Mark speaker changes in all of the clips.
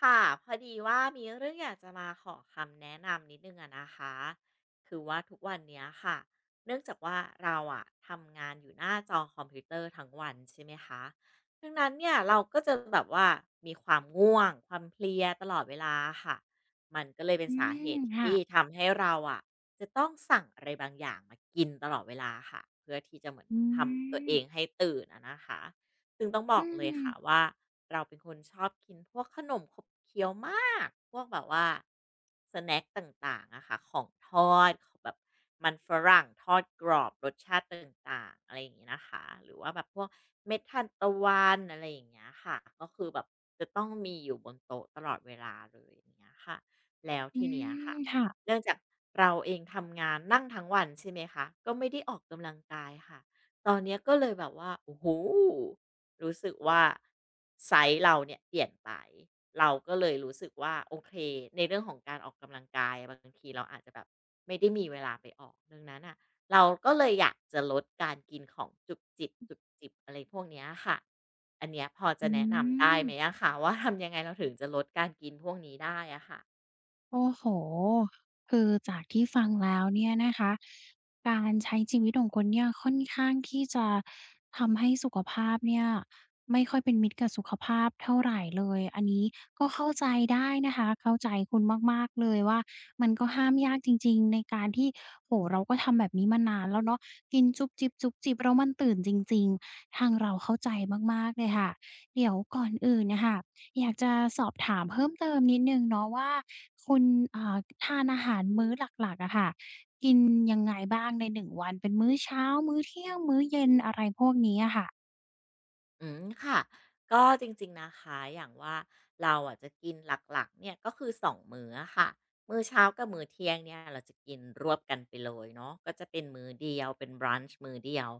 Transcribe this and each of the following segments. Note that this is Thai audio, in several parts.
Speaker 1: ค่ะพอดีว่ามีเรื่องอยากจะมาขอคำแนะนำนิดนึงอะนะคะคือว่าทุกวันเนี้ยค่ะเนื่องจากว่าเราอะทำงานอยู่หน้าจอคอมพิวเตอร์ทั้งวันใช่ไหมคะดังนั้นเนี่ยเราก็จะแบบว่ามีความง่วงความเพลียตลอดเวลาค่ะมันก็เลยเป็น
Speaker 2: อื
Speaker 1: สาเห
Speaker 2: ม
Speaker 1: ตุ
Speaker 2: ค่ะ
Speaker 1: ที่ทำให้เราอะจะต้องสั่งอะไรบางอย่างมากินตลอดเวลาค่ะเพื่อที่จะเหมือน
Speaker 2: อื
Speaker 1: ทำตัว
Speaker 2: ม
Speaker 1: เองให้ตื่นอะนะคะ ซึ่งต้องบ
Speaker 2: อื
Speaker 1: อกเลย
Speaker 2: ม
Speaker 1: ค่ะว่าเราเป็นคนชอบกินพวกขนมขบเคี้ยวมากพวกแบบว่าสแน็คต่างๆอะค่ะของทอดของแบบมันฝรั่งทอดกรอบรสชาติต่างๆอะไรอย่างงี้นะคะหรือว่าแบบพวกเม็ดทานตะวันอะไรอย่างเงี้ยค่ะก็คือแบบจะต้องมีอยู่บนโต๊ะตลอดเวลาเลยอย่างเงี้ยค่ะแล้ว
Speaker 2: อื
Speaker 1: ทีเนี้ย
Speaker 2: ม
Speaker 1: ค่ะ
Speaker 2: ค่ะ
Speaker 1: เนื่องจากเราเองทำงานนั่งทั้งวันใช่ไหมคะก็ไม่ได้ออกกำลังกายค่ะ ตอนเนี้ยก็เลยแบบว่าโอ้โหรู้สึกว่าไซส์เราเนี่ยเปลี่ยนไปเราก็เลยรู้สึกว่าโอเคในเรื่องของการออกกำลังกายบางทีเราอาจจะแบบไม่ได้มีเวลาไปออกดังนั้นอ่ะเราก็เลยอยากจะลดการกินของจุบจิบจุบจิบอะไรพวกเนี้ยค่ะอันเนี้ยพอจะ
Speaker 2: อื
Speaker 1: แนะนำได้
Speaker 2: ม
Speaker 1: ไหมอะคะว่าทำยังไงเราถึงจะลดการกินพวกนี้ได้อะค่ะ
Speaker 2: โอ้โหคือจากที่ฟังแล้วเนี่ยนะคะการใช้ชีวิตของคุณเนี่ยค่อนข้างที่จะทำให้สุขภาพเนี่ยไม่ค่อยเป็นมิตรกับสุขภาพเท่าไหรเลยอันนี้ก็เข้าใจได้นะคะเข้าใจคุณมากๆเลยว่ามันก็ห้ามยากจริงๆในการที่โอ้โฮเราก็ทำแบบนี้มานานแล้วเนาะกินจุบจิบจุบจิบแล้วมันตื่นจริงๆทางเราเข้าใจมากๆเลยค่ะเดี๋ยวก่อนอื่นน่ะค่ะ อยากจะสอบถามเพิ่มเติมนิดนึงเนาะว่าคุณอ่าทานอาหารมื้อหลักๆอะค่ะกินยังไงบ้างใน1 วันเป็นมื้อเช้ามื้อเที่ยงมื้อเย็นอะไรพวกนี้อะค่ะ
Speaker 1: อืมค่ะก็จริงๆนะคะอย่างว่าเราอะจะกินหลักๆเนี่ยก็คือ2มื้ออะค่ะมื้อเช้ากับมื้อเที่ยงเนี่ยเราจะกินรวบกันไปเลยเนาะก็จะเป็นมื้อเดียวเป็นบรัน c h มื้อเดียว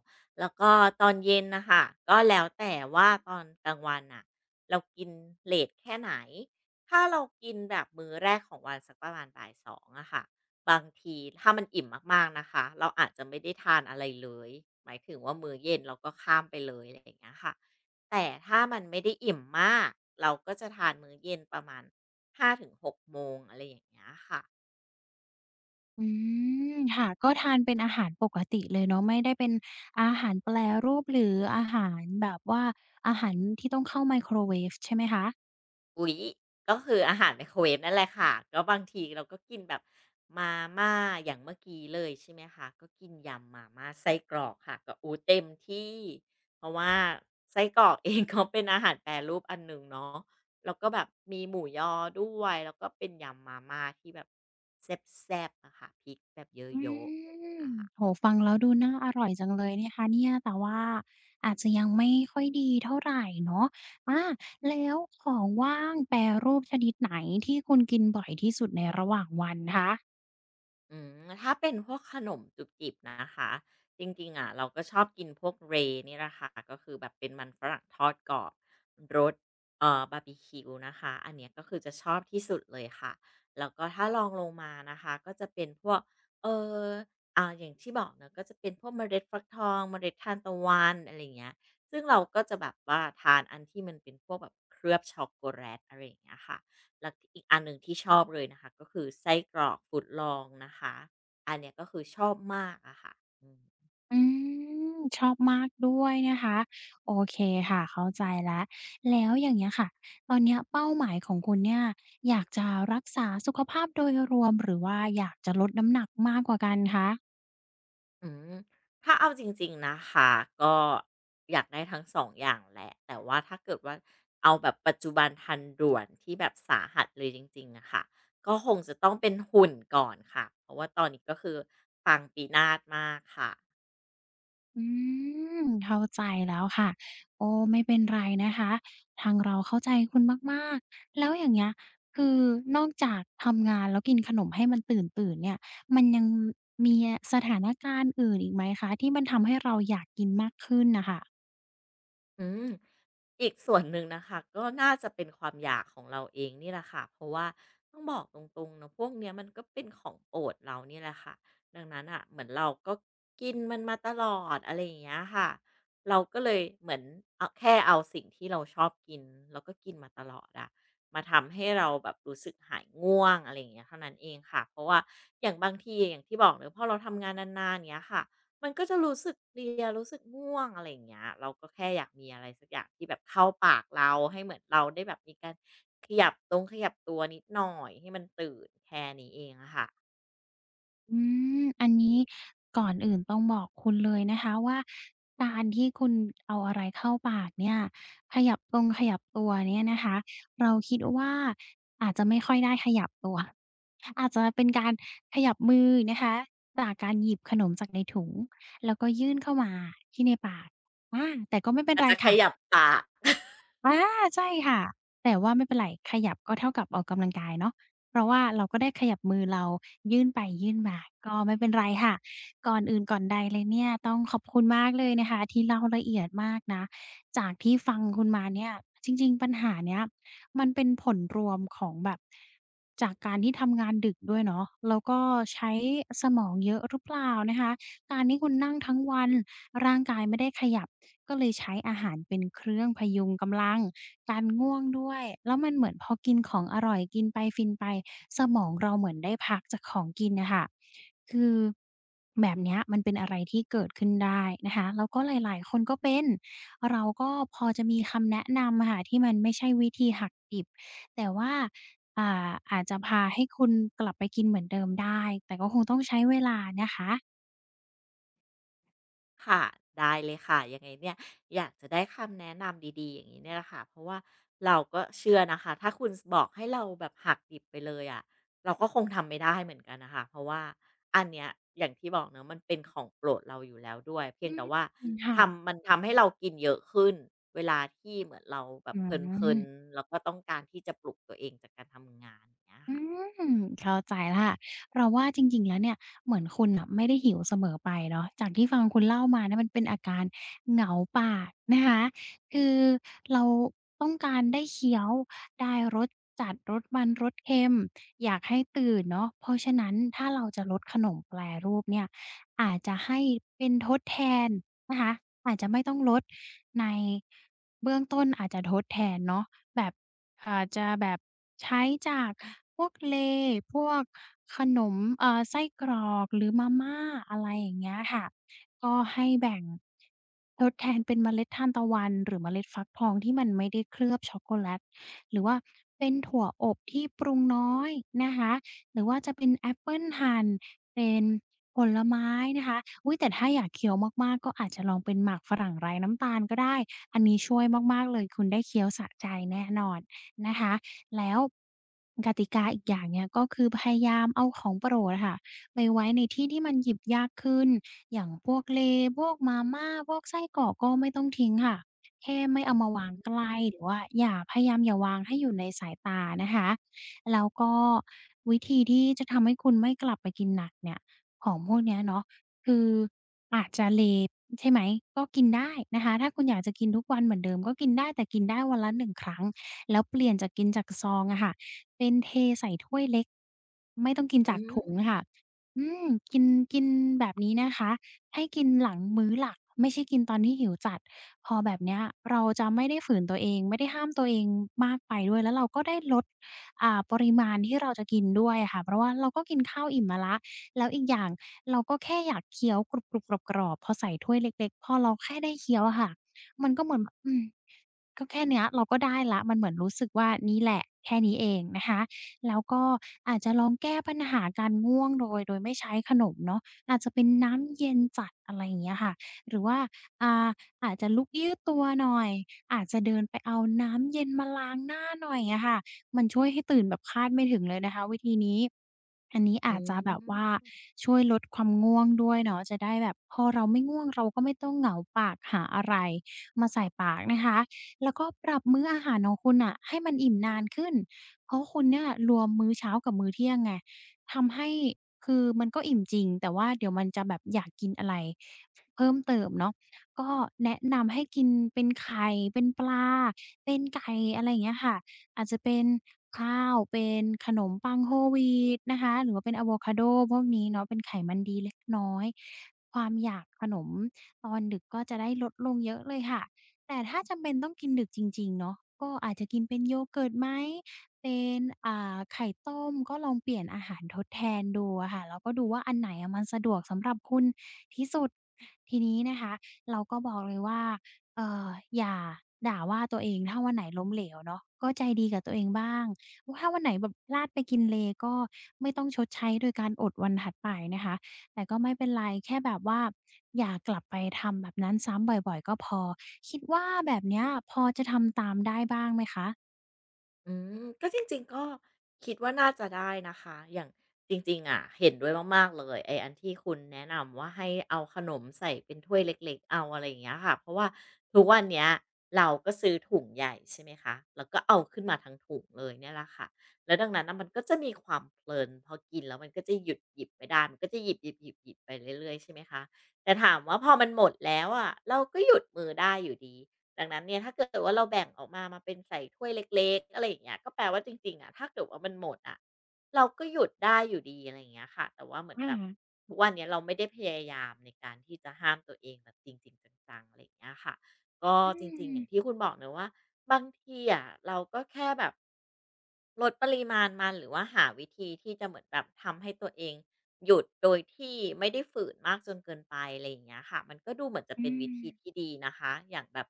Speaker 1: แล้วก็ตอนเย็นนะคะก็แล้วแต่ว่าตอนกลางวันน่ะเรากินเลทแค่ไหนถ้าเรากินแบบมื้อแรกของวันสักประมาณบ่ายสองอะค่ะบางทีถ้ามันอิ่มมากๆนะคะเราอาจจะไม่ได้ทานอะไรเลยหมายถึงว่ามื้อเย็นเราก็ข้ามไปเลยอะไรอย่างเงี้ยค่ะ แต่ถ้ามันไม่ได้อิ่มมากเราก็จะทานมื้อเย็นประมาณ5 ถึง 6 โมงอะไรอย่างเงี้ยค่ะ
Speaker 2: อืมค่ะก็ทานเป็นอาหารปกติเลยเนาะไม่ได้เป็นอาหารแปรรูปหรืออาหารแบบว่าอาหารที่ต้องเข้าไมโครเวฟใช่ไหมคะ
Speaker 1: อุ๊ยก็คืออาหารไมโครเวฟนั่นแหละค่ะก็บางทีเราก็กินแบบมาม่าอย่างเมื่อกี้เลยใช่ไหมคะก็กินยำมาม่าไส้กรอกค่ะก็โอ้เต็มที่เพราะว่าไส้กรอกเองก็เป็นอาหารแปรรูปอันหนึ่งเนาะแล้วก็แบบมีหมูยอด้วยแล้วก็เป็นยำมาม่าที่แบบแซ่บๆอะค่ะพริกแบบเ
Speaker 2: อื
Speaker 1: ยอะๆอะไรอย่างเงี้
Speaker 2: ม
Speaker 1: ยค่ะ
Speaker 2: โหฟังแล้วดูน่าอร่อยจังเลยนะคะเนี่ยแต่ว่าอาจจะยังไม่ค่อยดีเท่าไรเนาะอาแล้วของว่างแปรรูปชนิดไหนที่คุณกินบ่อยที่สุดในระหว่างวันคะ
Speaker 1: อืมถ้าเป็นพวกขนมจุบจิบนะคะจริงๆอะเราก็ชอบกินพวก r a นี่แหละค่ะก็คือแบบเป็นมันฝรั่งทอดกรอบรสบาร์บีคิวนะคะอันเนี้ยก็คือจะชอบที่สุดเลยค่ะแล้วก็ถ้าลองลงมานะคะก็จะเป็นพวกเอออย่างที่บอกเนอะก็จะเป็นพวกเมล็ดฟักทองเมล็ดทานตะวันอะไรอย่างเงี้ยซึ่งเราก็จะแบบว่าทานอันที่มันเป็นพวกแบบเคลือบช็อกโกแลตอะไรอย่างเงี้ยค่ะ แล้วอีกอันหนึ่งที่ชอบเลยนะคะก็คือไส้กรอกฟุดลองนะคะอันเนี้ยก็คือชอบมากอะค่ะอืม
Speaker 2: อืมชอบมากด้วยนะคะโอเคค่ะเข้าใจแล้วแล้วอย่างเงี้ยค่ะตอนเนี้ยเป้าหมายของคุณเนี่ยอยากจะรักษาสุขภาพโดยรวมหรือว่าอยากจะลดน้ำหนักมากกว่ากันคะ
Speaker 1: อืมถ้าเอาจริงๆนะคะก็อยากได้ทั้งสองอย่างแหละแต่ว่าถ้าเกิดว่าเอาแบบปัจจุบันทันด่วนที่แบบสาหัสเลยจริงๆอะค่ะก็คงจะต้องเป็นหุ่นก่อนค่ะเพราะว่าตอนนี้ก็คือปังปีนาศมากค่ะ
Speaker 2: อืมเข้าใจแล้วค่ะโอ้ไม่เป็นไรนะคะทางเราเข้าใจคุณมากๆแล้วอย่างเงี้ยคือนอกจากทำงานแล้วกินขนมให้มันตื่น ๆ เนี่ยมันยังมีสถานการณ์อื่นอีกไหมคะที่มันทำให้เราอยากกินมากขึ้นน่ะค่ะ
Speaker 1: อืมอีกส่วนหนึ่งนะคะก็น่าจะเป็นความอยากของเราเองนี่แหละค่ะเพราะว่าต้องบอกตรงๆเนอะพวกเนี้ยมันก็เป็นของโปรดเรานี่แหละค่ะดังนั้นอ่ะเหมือนเราก็กินมันมาตลอดอะไรอย่างเงี้ยค่ะเราก็เลยเหมือนเอาแค่เอาสิ่งที่เราชอบกินแล้วก็กินมาตลอดอะมาทำให้เราแบบรู้สึกหายง่วงอะไรอย่างเงี้ยเท่านั้นเองค่ะเพราะว่าอย่างบางทีอย่างที่บอกเนอะพอเราทำงานนานๆเนี้ยค่ะ มันก็จะรู้สึกเพลียรู้สึกง่วงอะไรอย่างเงี้ยเราก็แค่อยากมีอะไรสักอย่างที่แบบเข้าปากเราให้เหมือนเราได้แบบมีการขยับตรงขยับตัวนิดหน่อยให้มันตื่นแค่นี้เองอะค่ะ
Speaker 2: อืมอันนี้ก่อนอื่นต้องบอกคุณเลยนะคะว่าการที่คุณเอาอะไรเข้าปากเนี่ยขยับตรงขยับตัวเนี่ยนะคะเราคิดว่าอาจจะไม่ค่อยได้ขยับตัวอาจจะเป็นการขยับมือนะคะจากการหยิบขนมจากในถุงแล้วก็ยื่นเข้ามาที่ในปากอาแต่ก็ไม่เป็น
Speaker 1: อาจ
Speaker 2: ไร
Speaker 1: จะข
Speaker 2: ค่ะ
Speaker 1: ยับปาก
Speaker 2: อาใช่ค่ะแต่ว่าไม่เป็นไรขยับก็เท่ากับออกกำลังกายเนาะเพราะว่าเราก็ได้ขยับมือเรายื่นไปยื่นมาก็ไม่เป็นไรค่ะก่อนอื่นก่อนใดเลยเนี่ยต้องขอบคุณมากเลยนะคะที่เล่าละเอียดมากนะจากที่ฟังคุณมาเนี่ยจริงๆปัญหาเนี้ยมันเป็นผลรวมของแบบจากการที่ทำงานดึกด้วยเนาะแล้วก็ใช้สมองเยอะหรือเปล่านะคะการที่คุณนั่งทั้งวัน กายไม่ได้ขยับก็เลยใช้อาหารเป็นเครื่องพยุงกำลังการง่วงด้วยแล้วมันเหมือนพอกินของอร่อยกินไปฟินไปสมองเราเหมือนได้พักจากของกินน่ะค่ะคือแบบเนี้ยมันเป็นอะไรที่เกิดขึ้นได้นะคะแล้วก็หลายๆคนก็เป็นเราก็พอจะมีคำแนะนำอะค่ะที่มันไม่ใช่วิธีหักดิบแต่ว่าอาจจะพาให้คุณกลับไปกินเหมือนเดิมได้แต่ก็คงต้องใช้เวลานะคะ
Speaker 1: ค่ะได้เลยค่ะยังไงเนี่ยอยากจะได้คำแนะนำดีๆอย่างนี้เนี่ยแหละค่ะเพราะว่าเราก็เชื่อนะคะถ้าคุณบอกให้เราแบบหักดิบไปเลยอะ่ะเราก็คงทำไม่ได้เหมือนกันนะคะเพราะว่าอันเนี้ยอย่างที่บอกเนอะมันเป็นของโปรดเราอยู่แล้วด้วยเพี
Speaker 2: อื
Speaker 1: ยงแต่ว่า
Speaker 2: มค่ะ
Speaker 1: ทำมันทำให้เรากินเยอะขึ้นเวลาที่เหมือนเราแบ
Speaker 2: อื
Speaker 1: บเพ
Speaker 2: ม
Speaker 1: ลินๆแล้วก็ต้องการที่จะปลุกตัวเองจากการทำงานอย่างเงี้ย
Speaker 2: อื
Speaker 1: ค่ะ
Speaker 2: มเข้าใจแล้วค่ะเราว่าจริงๆแล้วเนี่ยเหมือนคุณน่ะไม่ได้หิวเสมอไปเนาะจากที่ฟังคุณเล่ามาเนี่ยมันเป็นอาการเหงาปากนะคะคือเราต้องการได้เคี้ยวได้รสจัดรสมันรสเค็มอยากให้ตื่นเนาะเพราะฉะนั้นถ้าเราจะลดขนมแปรรูปเนี่ยอาจจะให้เป็นทดแทนนะคะอาจจะไม่ต้องลดในเบื้องต้นอาจจะทดแทนเนาะ แบบอ่าจะแบบใช้จากพวกเลย์พวกขนมไส้กรอก หรือมาม่าอะไรอย่างเงี้ยค่ะก็ให้แบ่งทดแทนเป็นเมล็ดทานตะวันหรือเมล็ดฟักทองที่มันไม่ได้เคลือบช็อกโกแลตหรือว่าเป็นถั่วอบที่ปรุงน้อยนะคะหรือว่าจะเป็นแอปเปิลหั่นเป็นผลไม้นะคะอุ๊ยแต่ถ้าอยากเคี้ยวมากๆก็อาจจะลองเป็นหมากฝรั่งไร้น้ำตาลก็ได้ อันนี้ช่วยมากๆเลยคุณได้เคี้ยวสะใจแน่นอนนะคะแล้วกติกาอีกอย่างเนี่ยก็คือพยายามเอาของโปรดอะค่ะไปไว้ในที่ที่มันหยิบยากขึ้นอย่างพวกเลพวกมาม่าพวกไส้กรอกก็ไม่ต้องทิ้งค่ะแค่ไม่
Speaker 1: อื
Speaker 2: เอามา
Speaker 1: ม
Speaker 2: วางใกล้หรือว่าอย่าพยายามอย่าวางให้อยู่ในสายตานะคะแล้วก็วิธีที่จะทำให้คุณไม่กลับไปกินหนักเนี่ยของพวกเนี้ยเนาะ คืออาจจะเลย์ใช่ไหมก็กินได้นะคะถ้าคุณอยากจะกินทุกวันเหมือนเดิมก็กินได้แต่กินได้วันละหนึ่งครั้งแล้วเปลี่ยนจากกินจากซองอะค่ะเป็นเทใส่ถ้วยเล็กไม่ต้องกินจากถุงค่ะอืมกินกินแบบนี้นะคะให้กินหลังมื้อหลักไม่ใช่กินตอนที่หิวจัดพอแบบเนี้ยเราจะไม่ได้ฝืนตัวเองไม่ได้ห้ามตัวเองมากไปด้วยแล้วเราก็ได้ลดปริมาณที่เราจะกินด้วยอะค่ะเพราะว่าเราก็กินข้าวอิ่มมาแล้วแล้วอีกอย่าง เราก็แค่อยากเคี้ยวกรุบๆกรอบๆพอใส่ถ้วยเล็กๆพอเราแค่ได้เคี้ยวอะค่ะมันก็เหมือนแบบอืม ก็แค่เนี้ยเราก็ได้แล้วมันเหมือนรู้สึกว่านี่แหละแค่นี้เองนะคะแล้วก็อาจจะลองแก้ปัญหาการง่วงโดยไม่ใช้ขนมเนาะอาจจะเป็นน้ำเย็นจัดอะไรอย่างเงี้ยค่ะหรือว่าอ่าอาจจะลุกยืดตัวหน่อยอาจจะเดินไปเอาน้ำเย็นมาล้างหน้าหน่อยอะค่ะมันช่วยให้ตื่นแบบคาดไม่ถึงเลยนะคะวิธีนี้อันนี้
Speaker 1: อื
Speaker 2: อาจจะแบบว่า
Speaker 1: ม
Speaker 2: ช่วยลดความง่วงด้วยเนาะจะได้แบบพอเราไม่ง่วงเราก็ไม่ต้องเหงาปากหาอะไรมาใส่ปากนะคะ แล้วก็ปรับมื้ออาหารของคุณน่ะให้มันอิ่มนานขึ้น เพราะคุณเนี่ยรวมมื้อเช้ากับมื้อเที่ยงไงทำให้คือมันก็อิ่มจริงแต่ว่าเดี๋ยวมันจะแบบอยากกินอะไรเพิ่มเติมเนาะก็แนะนำให้กินเป็นไข่เป็นปลาเป็นไก่อะไรอย่างเงี้ยค่ะอาจจะเป็นข้าวเป็นขนมปัง Whole Wheat นะคะหรือว่าเป็นอะโวคาโดพวกนี้เนาะเป็นไขมันดีเล็กน้อยความอยากขนมตอนดึกก็จะได้ลดลงเยอะเลยค่ะ แต่ถ้าจำเป็นต้องกินดึกจริงๆ เนาะก็อาจจะกินเป็นโยเกิร์ตไหมเป็นไข่ต้มก็ลองเปลี่ยนอาหารทดแทนดูอะค่ะแล้วก็ดูว่าอันไหนอะมันสะดวกสำหรับคุณที่สุดทีนี้นะคะเราก็บอกเลยว่าเอ่ออย่าด่าว่าตัวเองถ้าวันไหนล้มเหลวเนาะก็ใจดีกับตัวเองบ้างถ้าวันไหนแบบพลาดไปกินเลก็ไม่ต้องชดใช้โดยการอดวันถัดไปนะคะ แต่ก็ไม่เป็นไรแค่แบบว่าอย่ากลับไปทำแบบนั้นซ้ำบ่อยๆก็พอคิดว่าแบบเนี้ยพอจะทำตามได้บ้างไหมคะ
Speaker 1: อืมก็จริงๆก็คิดว่าน่าจะได้นะคะอย่างจริงๆอะเห็นด้วยมากๆเลยไอ้อันที่คุณแนะนำว่าให้เอาขนมใส่เป็นถ้วยเล็กๆเอาอะไรอย่างเงี้ยค่ะเพราะว่าทุกวันเนี้ยเราก็ซื้อถุงใหญ่ใช่ไหมคะแล้วก็เอาขึ้นมาทั้งถุงเลยเนี่ยแหละค่ะแล้วดังนั้นน่ะมันก็จะมีความเพลินพอกินแล้วมันก็จะหยุดหยิบไม่ได้มันก็จะหยิบๆๆๆไปเรื่อยๆใช่ไหมคะแต่ถามว่าพอมันหมดแล้วอะเราก็หยุดมือได้อยู่ดี ดังนั้นเนี่ยถ้าเกิดว่าเราแบ่งออกมามาเป็นใส่ถ้วยเล็กๆอะไรอย่างเงี้ยก็แปลว่าจริงๆอะถ้าเกิดว่ามันหมดอะเราก็หยุดได้อยู่ดีอะไรอย่างเงี้ยค่ะแต่ว่าเหมือนแบบ
Speaker 2: อา
Speaker 1: ทุกวันเนี้ยเราไม่ได้พยายามในการที่จะห้ามตัวเองแบบจริงๆจังๆอะไรอย่างเงี้ยค่ะก็
Speaker 2: อื
Speaker 1: จริงๆอย่างที่
Speaker 2: ม
Speaker 1: คุณบอกเนาะว่าบางทีอะเราก็แค่แบบลดปริมาณมันหรือว่าหาวิธีที่จะเหมือนแบบทำให้ตัวเอง หยุดโดยที่ไม่ได้ฝืนมากจนเกินไปอะไรอย่างเงี้ยค่ะมันก็ดูเหมือนจะ
Speaker 2: อื
Speaker 1: เป็นวิ
Speaker 2: ม
Speaker 1: ธีที่ดีนะคะอย่างแบบ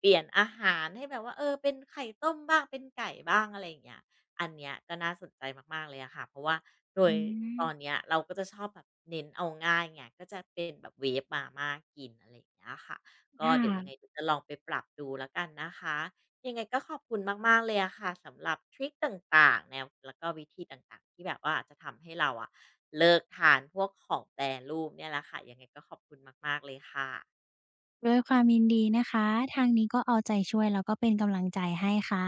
Speaker 1: เปลี่ยนอาหารให้แบบว่าเออเป็นไข่ต้มบ้างเป็นไก่บ้างอะไรอย่างเงี้ยอันเนี้ยก็น่าสนใจมากๆเลยอะค่ะเพราะว่าโด
Speaker 2: อื
Speaker 1: ยต
Speaker 2: ม
Speaker 1: อนเนี้ยเราก็จะชอบแบบเน้นเอาง่ายไงก็จะเป็นแบบเวฟมาม่ากินอะไรอย่างเงี้ยค่ะ
Speaker 2: ค
Speaker 1: ก็เดี๋ยวยังไง
Speaker 2: ่ะ
Speaker 1: เดี๋ยวจะลองไปปรับดูแล้วกันนะคะ ยังไงก็ขอบคุณมากๆเลยอะค่ะสำหรับทริกต่างๆแนวแล้วก็วิธีต่างๆที่แบบว่าจะทำให้เราอะเลิกทานพวกของแปรรูปเนี่ยแหละค่ะยังไงก็ขอบคุณมากๆเลยค่ะ
Speaker 2: ด้วยความยินดีนะคะทางนี้ก็เอาใจช่วยแล้วก็เป็นกำลังใจให้ค่ะ